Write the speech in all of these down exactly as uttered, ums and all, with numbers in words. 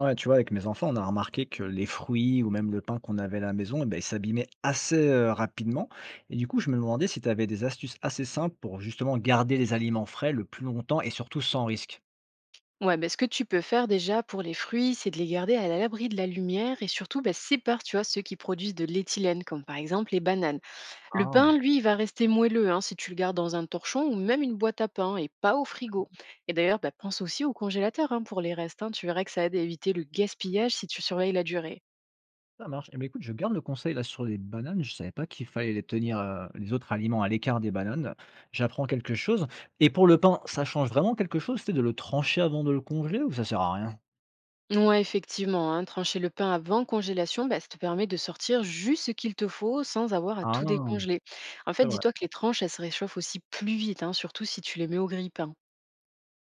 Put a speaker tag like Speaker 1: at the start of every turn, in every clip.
Speaker 1: Ouais, tu vois, avec mes enfants, on a remarqué que les fruits ou même le pain qu'on avait à la maison, eh ben, ils s'abîmaient assez euh, rapidement. Et du coup, je me demandais si tu avais des astuces assez simples pour justement garder les aliments frais le plus longtemps et surtout sans risque.
Speaker 2: Ouais, ben, ce que tu peux faire déjà pour les fruits, c'est de les garder à l'abri de la lumière et surtout bah, sépare tu vois, ceux qui produisent de l'éthylène, comme par exemple les bananes. Le
Speaker 1: Ah,
Speaker 2: pain, lui, il va rester moelleux hein, si tu le gardes dans un torchon ou même une boîte à pain et pas au frigo. Et d'ailleurs, bah, pense aussi au congélateur hein, pour les restes, hein, tu verras que ça aide à éviter le gaspillage si tu surveilles la durée.
Speaker 1: ça marche. Eh bien, écoute, je garde le conseil là sur les bananes. Je savais pas qu'il fallait les tenir euh, les autres aliments à l'écart des bananes. J'apprends quelque chose. Et pour le pain, ça change vraiment quelque chose, c'est de le trancher avant de le congeler ou ça sert à rien?
Speaker 2: Ouais, effectivement, hein, trancher le pain avant congélation, bah, ça te permet de sortir juste ce qu'il te faut sans avoir à tout
Speaker 1: Ah,
Speaker 2: décongeler. En fait,
Speaker 1: c'est vrai.
Speaker 2: dis-toi que les tranches, elles se réchauffent aussi plus vite, hein, surtout si tu les mets au grille-pain.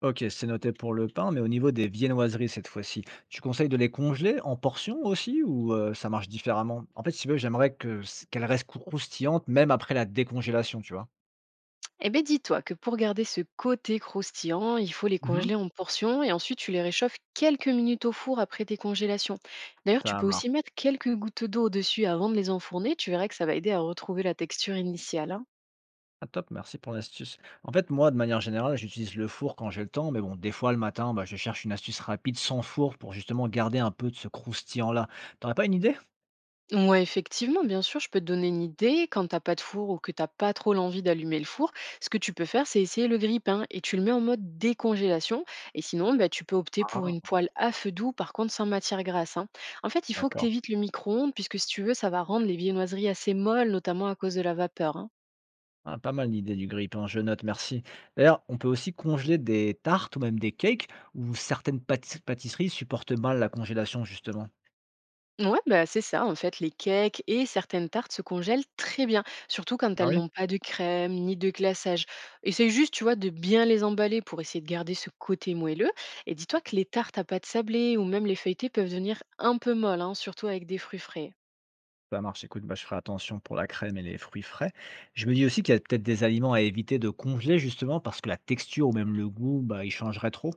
Speaker 1: Ok, c'est noté pour le pain, mais au niveau des viennoiseries cette fois-ci, tu conseilles de les congeler en portions aussi ou euh, ça marche différemment? En fait, si tu veux, j'aimerais que c- qu'elles restent crou- croustillantes même après la décongélation, tu vois.
Speaker 2: Eh bien, dis-toi que pour garder ce côté croustillant, il faut les
Speaker 1: Mhm.
Speaker 2: congeler en portions et ensuite tu les réchauffes quelques minutes au four après décongélation. D'ailleurs, tu
Speaker 1: Ça
Speaker 2: peux aussi
Speaker 1: marche.
Speaker 2: mettre quelques gouttes d'eau au-dessus avant de les enfourner. Tu verras que ça va aider à retrouver la texture initiale, hein.
Speaker 1: Ah, top, merci pour l'astuce. En fait, moi, de manière générale, j'utilise le four quand j'ai le temps, mais bon, des fois le matin, bah, je cherche une astuce rapide sans four pour justement garder un peu de ce croustillant-là. T'aurais pas une idée?
Speaker 2: Ouais, effectivement, bien sûr, je peux te donner une idée. Quand t'as pas de four ou que t'as pas trop l'envie d'allumer le four, ce que tu peux faire, c'est essayer le grille-pain et tu le mets en mode décongélation. Et sinon, bah, tu peux opter pour une
Speaker 1: Ah,
Speaker 2: poêle à feu doux, par contre sans matière grasse, hein. En fait, il faut que tu
Speaker 1: d'accord.
Speaker 2: évites le micro-ondes, puisque si tu veux, ça va rendre les viennoiseries assez molles, notamment à cause de la vapeur, hein.
Speaker 1: Ah, pas mal l'idée du grille-pain, je note, merci. D'ailleurs, on peut aussi congeler des tartes ou même des cakes où certaines pâti- pâtisseries supportent mal la congélation, justement.
Speaker 2: Ouais, bah, c'est ça, en fait, les cakes et certaines tartes se congèlent très bien, surtout quand
Speaker 1: Ah
Speaker 2: elles
Speaker 1: oui?
Speaker 2: n'ont pas de crème ni de glaçage. Essaye juste, tu vois, de bien les emballer pour essayer de garder ce côté moelleux. Et dis-toi que les tartes à pâte sablée ou même les feuilletées peuvent devenir un peu molles, hein, surtout avec des fruits frais, hein.
Speaker 1: Ça marche, écoute, bah, je ferai attention pour la crème et les fruits frais. Je me dis aussi qu'il y a peut-être des aliments à éviter de congeler, justement, parce que la texture ou même le goût, bah, ils changeraient trop.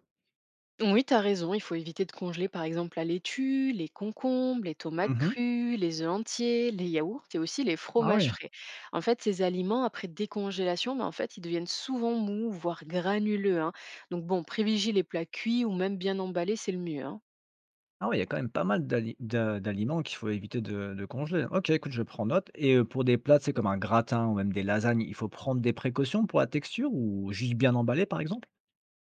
Speaker 2: Oui, tu as raison, il faut éviter de congeler par exemple la laitue, les concombres, les tomates
Speaker 1: Mhm.
Speaker 2: crues, les œufs entiers, les yaourts et aussi les
Speaker 1: Ah oui.
Speaker 2: fromages frais. En fait, ces aliments, après décongélation, ben, en fait, ils deviennent souvent mous, voire granuleux, hein. Donc bon, privilégie les plats cuits ou même bien emballés, c'est le mieux, hein.
Speaker 1: Ah oui, il y a quand même pas mal d'ali- d'a- d'aliments qu'il faut éviter de, de congeler. Ok, écoute, je prends note. Et euh, pour des plats, c'est comme un gratin ou même des lasagnes, il faut prendre des précautions pour la texture ou juste bien emballer, par exemple?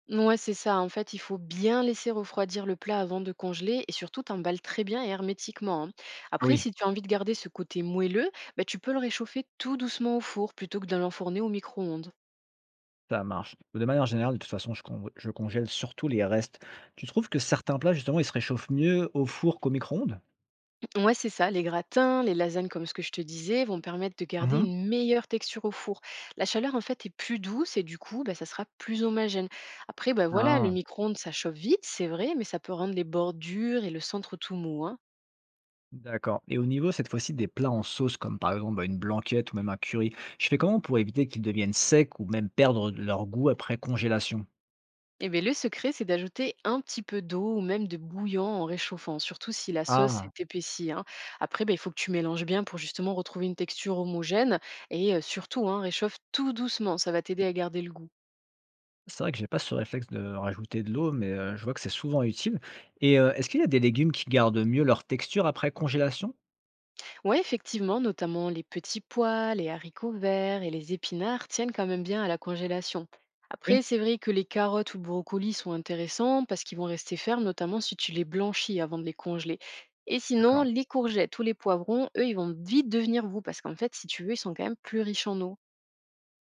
Speaker 2: Ouais, c'est ça. En fait, il faut bien laisser refroidir le plat avant de congeler et surtout t'emballes très bien et hermétiquement, hein. Après,
Speaker 1: Oui,
Speaker 2: si tu as envie de garder ce côté moelleux, ben, tu peux le réchauffer tout doucement au four plutôt que de l'enfourner au micro-ondes.
Speaker 1: ça marche. De manière générale, de toute façon, je con je congèle surtout les restes. Tu trouves que certains plats, justement, ils se réchauffent mieux au four qu'au micro-ondes?
Speaker 2: Ouais, c'est ça. Les gratins, les lasagnes, comme ce que je te disais, vont permettre de garder
Speaker 1: Mmh.
Speaker 2: une meilleure texture au four. La chaleur, en fait, est plus douce et du coup, bah, ça sera plus homogène. Après, bah, voilà, le
Speaker 1: Ah,
Speaker 2: micro-ondes, ça chauffe vite, c'est vrai, mais ça peut rendre les bordures et le centre tout mou. Hein.
Speaker 1: d'accord, et au niveau, cette fois-ci, des plats en sauce comme, par exemple, bah, une blanquette ou même un curry, je fais comment pour éviter qu'ils deviennent secs ou même perdre leur goût après congélation?
Speaker 2: Et bien, le secret, c'est d'ajouter un petit peu d'eau ou même de bouillon en réchauffant, surtout si la sauce
Speaker 1: Ah.
Speaker 2: est épaissie, hein. Après, ben il faut que tu mélanges bien pour justement retrouver une texture homogène et euh, surtout, hein, réchauffe tout doucement, ça va t'aider à garder le goût.
Speaker 1: C'est vrai que j'ai pas ce réflexe de rajouter de l'eau, mais heu, je vois que c'est souvent utile et heu, est-ce qu'il y a des légumes qui gardent mieux leur texture après congélation?
Speaker 2: Ouais, effectivement, notamment les petits pois, les haricots verts et les épinards tiennent quand même bien à la congélation.
Speaker 1: Oui,
Speaker 2: Après, c'est vrai que les carottes ou le brocoli sont intéressants parce qu'ils vont rester fermes, notamment si tu les blanchis avant de les congeler. Et sinon,
Speaker 1: d'accord.
Speaker 2: les courgettes ou les poivrons, eux, ils vont vite devenir roux parce qu'en fait, si tu veux, ils sont quand même plus riches en eau.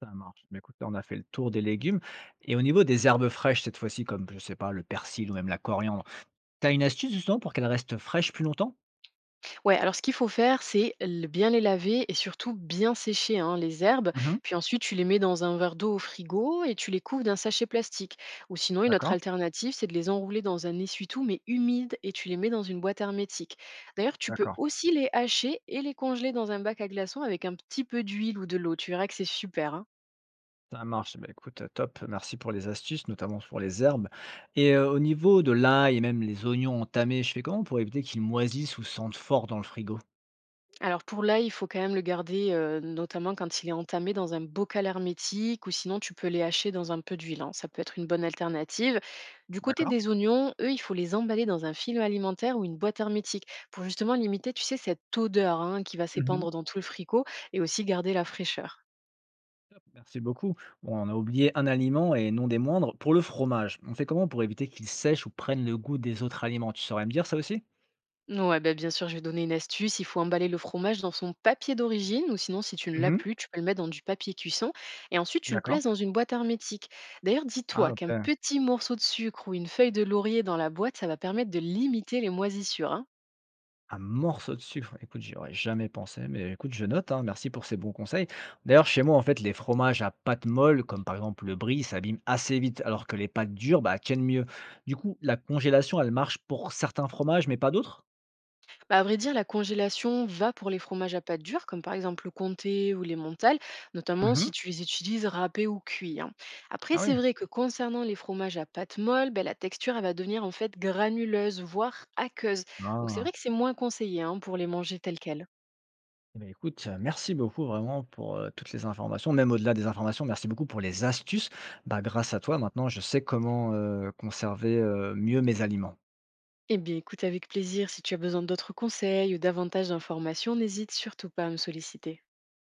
Speaker 1: Ça marche. Mais écoute, là, on a fait le tour des légumes. Et au niveau des herbes fraîches, cette fois-ci, comme, je sais pas, le persil ou même la coriandre, tu as une astuce justement pour qu'elles restent fraîches plus longtemps?
Speaker 2: Ouais, alors ce qu'il faut faire, c'est l- bien les laver et surtout bien sécher hein, les herbes.
Speaker 1: Mhm.
Speaker 2: Puis ensuite, tu les mets dans un verre d'eau au frigo et tu les couvres d'un sachet plastique. Ou sinon, une autre
Speaker 1: D'accord,
Speaker 2: alternative, c'est de les enrouler dans un essuie-tout, mais humide, et tu les mets dans une boîte hermétique. D'ailleurs, tu peux
Speaker 1: d'accord.
Speaker 2: aussi les hacher et les congeler dans un bac à glaçons avec un petit peu d'huile ou de l'eau. Tu verras que c'est super, hein.
Speaker 1: Ça marche. Bah, écoute, top. Merci pour les astuces, notamment pour les herbes. Et euh, au niveau de l'ail et même les oignons entamés, je fais comment pour éviter qu'ils moisissent ou sentent fort dans le frigo?
Speaker 2: Alors pour l'ail, il faut quand même le garder, heu, notamment quand il est entamé dans un bocal hermétique ou sinon tu peux les hacher dans un peu d'huile, hein. Ça peut être une bonne alternative. Du côté
Speaker 1: D'accord.
Speaker 2: des oignons, eux, il faut les emballer dans un film alimentaire ou une boîte hermétique pour justement limiter, tu sais, cette odeur, hein, qui va
Speaker 1: Mhm.
Speaker 2: s'épandre dans tout le fricot et aussi garder la fraîcheur.
Speaker 1: Merci beaucoup. Bon, on a oublié un aliment et non des moindres. Pour le fromage, on fait comment pour éviter qu'il sèche ou prenne le goût des autres aliments? Tu saurais me dire ça aussi?
Speaker 2: Ouais, bah, bien sûr, je vais donner une astuce. Il faut emballer le fromage dans son papier d'origine, ou sinon, si tu ne l'as
Speaker 1: Mhm.
Speaker 2: plus, tu peux le mettre dans du papier cuisson. Et ensuite, tu le
Speaker 1: D'accord.
Speaker 2: places dans une boîte hermétique. D'ailleurs,
Speaker 1: Ah
Speaker 2: dis-toi qu'un
Speaker 1: OK.
Speaker 2: petit morceau de sucre ou une feuille de laurier dans la boîte, ça va permettre de limiter les moisissures, hein.
Speaker 1: Un morceau de sucre. Écoute, j'y aurais jamais pensé, mais écoute, je note, hein. Merci pour ces bons conseils. D'ailleurs, chez moi, en fait, les fromages à pâte molle, comme par exemple le brie, s'abîment assez vite, alors que les pâtes dures, bah, tiennent mieux. Du coup, la congélation, elle marche pour certains fromages, mais pas d'autres?
Speaker 2: Bah, à vrai dire, la congélation va pour les fromages à pâte dure, comme par exemple le comté ou les montales, notamment
Speaker 1: Mhm.
Speaker 2: si tu les utilises râpés ou cuits, hein. Après,
Speaker 1: Ah oui.
Speaker 2: c'est vrai que concernant les fromages à pâte molle, ben, la texture elle va devenir en fait granuleuse, voire aqueuse. Donc c'est vrai
Speaker 1: Ah.
Speaker 2: que c'est moins conseillé hein, pour les manger tels quels.
Speaker 1: Eh ben, écoute, heu, merci beaucoup vraiment pour, heu, toutes les informations, même au-delà des informations, merci beaucoup pour les astuces. Bah, grâce à toi, maintenant, je sais comment, heu, conserver, heu, mieux mes aliments.
Speaker 2: Eh bien, écoute avec plaisir, si tu as besoin d'autres conseils ou davantage d'informations, n'hésite surtout pas à me solliciter.